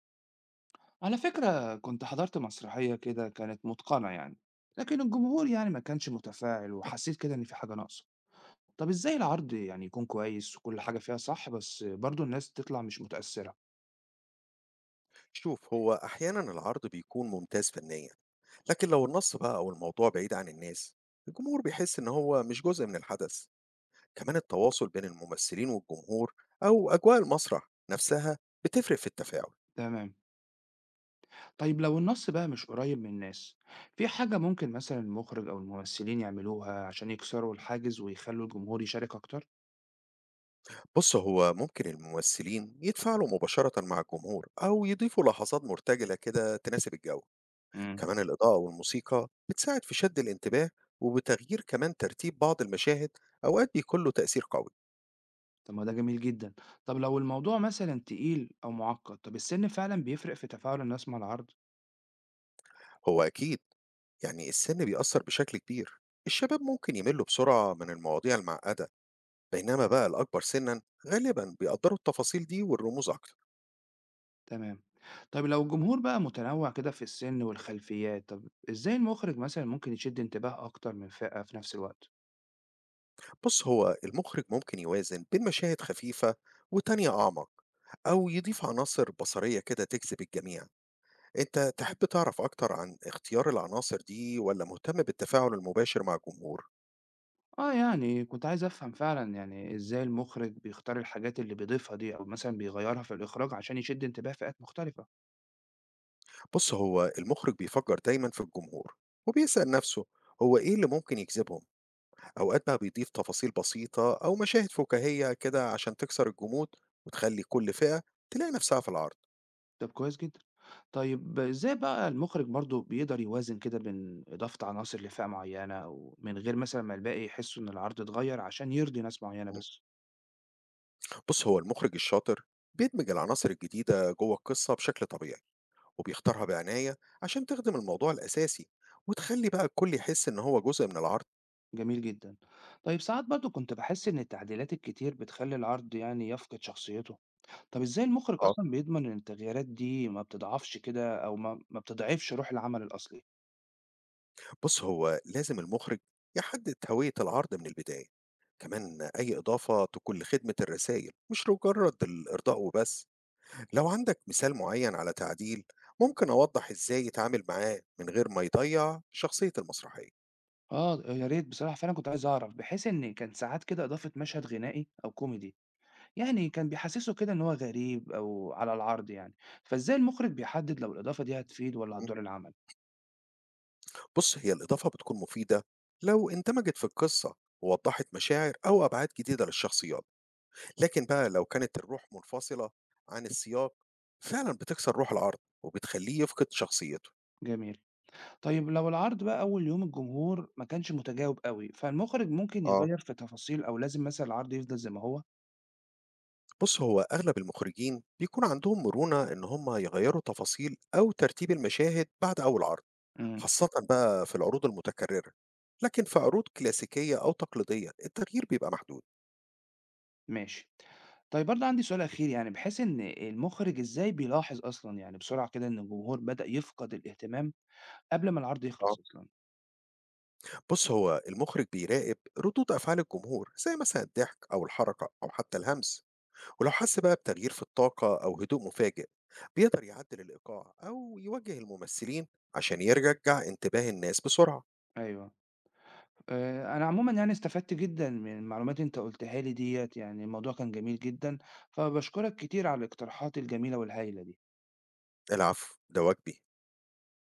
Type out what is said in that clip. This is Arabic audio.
على فكرة كنت حضرت مسرحية كده كانت متقنة يعني. لكن الجمهور يعني ما كانش متفاعل وحسيت كده إن في حاجة ناقصة. طب إزاي العرض يعني يكون كويس وكل حاجة فيها صح بس برضو الناس تطلع مش متأثرة؟ شوف، هو أحيانا العرض بيكون ممتاز فنيا، لكن لو النص بقى أو الموضوع بعيد عن الناس، الجمهور بيحس إن هو مش جزء من الحدث. كمان التواصل بين الممثلين والجمهور أو أجواء المسرح نفسها بتفرق في التفاعل. تمام. طيب لو النص بقى مش قريب من الناس، في حاجة ممكن مثلا المخرج أو الممثلين يعملوها عشان يكسروا الحاجز ويخلوا الجمهور يشارك أكتر؟ بص، هو ممكن الممثلين يتفاعلوا مباشرة مع الجمهور أو يضيفوا لحظات مرتجلة كده تناسب الجو. امم. كمان الإضاءة والموسيقى بتساعد في شد الانتباه، وبتغيير كمان ترتيب بعض المشاهد أوقات بيكون له تأثير قوي. طب ما ده جميل جدا. طب لو الموضوع مثلا تقيل أو معقد، طب السن فعلا بيفرق في تفاعل الناس مع العرض؟ هو أكيد، يعني السن بيأثر بشكل كبير. الشباب ممكن يملوا بسرعة من المواضيع المعقدة، بينما بقى الأكبر سنا غالبا بيقدروا التفاصيل دي والرموز أكتر. تمام. طيب لو الجمهور بقى متنوع كده في السن والخلفيات، طب إزاي المخرج مثلًا ممكن يشد انتباه أكتر من فئة في نفس الوقت؟ بص، هو المخرج ممكن يوازن بين مشاهد خفيفة وتانية أعمق، أو يضيف عناصر بصرية كده تجذب الجميع. أنت تحب تعرف أكتر عن اختيار العناصر دي، ولا مهتم بالتفاعل المباشر مع الجمهور؟ آه يعني كنت عايز أفهم فعلًا يعني إزاي المخرج بيختار الحاجات اللي بيضيفها دي أو مثلًا بيغيّرها في الإخراج عشان يشد انتباه فئات مختلفة. بص، هو المخرج بيفكر دايما في الجمهور، وبيسأل نفسه، هو إيه اللي ممكن يجذبهم. أوقات بقى بيضيف تفاصيل بسيطة أو مشاهد فكاهية كده عشان تكسر الجمود، وتخلي كل فئة تلاقي نفسها في العرض. طب كويس جدًا. طيب إزاي بقى المخرج برضه بيقدر يوازن كده بين إضافة عناصر لفئة معيّنة أو من غير مثلًا ما الباقي يحسوا إن العرض اتغيّر عشان يرضي ناس معيّنة مم. بس؟ بص، هو المخرج الشاطر بيدمج العناصر الجديدة جوه القصة بشكل طبيعي، وبيختارها بعناية عشان تخدم الموضوع الأساسي، وتخلي بقى الكل يحس إن هو جزء من العرض. جميل جدًا. طيب ساعات برضه كنت باحس إن التعديلات الكتير بتخلّي العرض يعني يفقد شخصيته. طب إزاي المخرج اه، أصلًا بيضمن إن التغييرات دي ما بتضعفش كده أو ما بتضعفش روح العمل الأصلي؟ بص، هو لازم المخرج يحدد هوية العرض من البداية. كمان أي إضافة تكون لخدمة الرسائل مش مجرد الإرضاء وبس. لو عندك مثال معين على تعديل، ممكن أوضح إزاي يتعامل معاه من غير ما يضيع شخصية المسرحية. آه، يا ريت بصراحة فعلًا كنت عايز أعرف، بحيث إن كان ساعات كده إضافة مشهد غنائي أو كوميدي، يعني كان بيحسّسه كده إن هو غريب أو على العرض يعني، فإزاي المخرج بيحدد لو الإضافة دي هتفيد والّا م؟ هتضر العمل؟ بص، هي الإضافة بتكون مفيدة لو اندمجت في القصة، ووضحت مشاعر أو أبعاد جديدة للشخصيات. لكن بقى لو كانت الروح منفصلة عن السياق، فعلا بتكسر روح العرض وبتخليه يفقد شخصيته. جميل. طيب لو العرض بقى أول يوم الجمهور ما كانش متجاوب أوي، فالمخرج ممكن آه، يغيّر في تفاصيل أو لازم مثلًا العرض يفضل زي ما هو؟ بص، هو أغلب المخرجين بيكون عندهم مرونة إن هم يغيروا تفاصيل أو ترتيب المشاهد بعد أول عرض، إمم. خاصةً بقى في العروض المتكررة، لكن في عروض كلاسيكية أو تقليدية التغيير بيبقى محدود. ماشي. طيب برضه عندي سؤال أخير يعني بحيث إن المخرج إزاي بيلاحظ أصلًا يعني بسرعة كده إن الجمهور بدأ يفقد الاهتمام قبل ما العرض آه. يخلص أصلًا؟ بُص، هو المخرج بيراقب ردود أفعال الجمهور، زي مثلًا الضحك أو الحركة أو حتى الهمس، ولو حس بقى بتغيير في الطاقة أو هدوء مفاجئ، بيقدر يعدل الإيقاع أو يوجه الممثلين عشان يرجع انتباه الناس بسرعة. أيوه. أنا عمومًا يعني استفدت جدًا من المعلومات اللي أنت قُلتها لي ديّة، يعني الموضوع كان جميل جدًا، فباشكرك كتير على الاقتراحات الجميلة والهايلة دي. العفو، ده واجبي.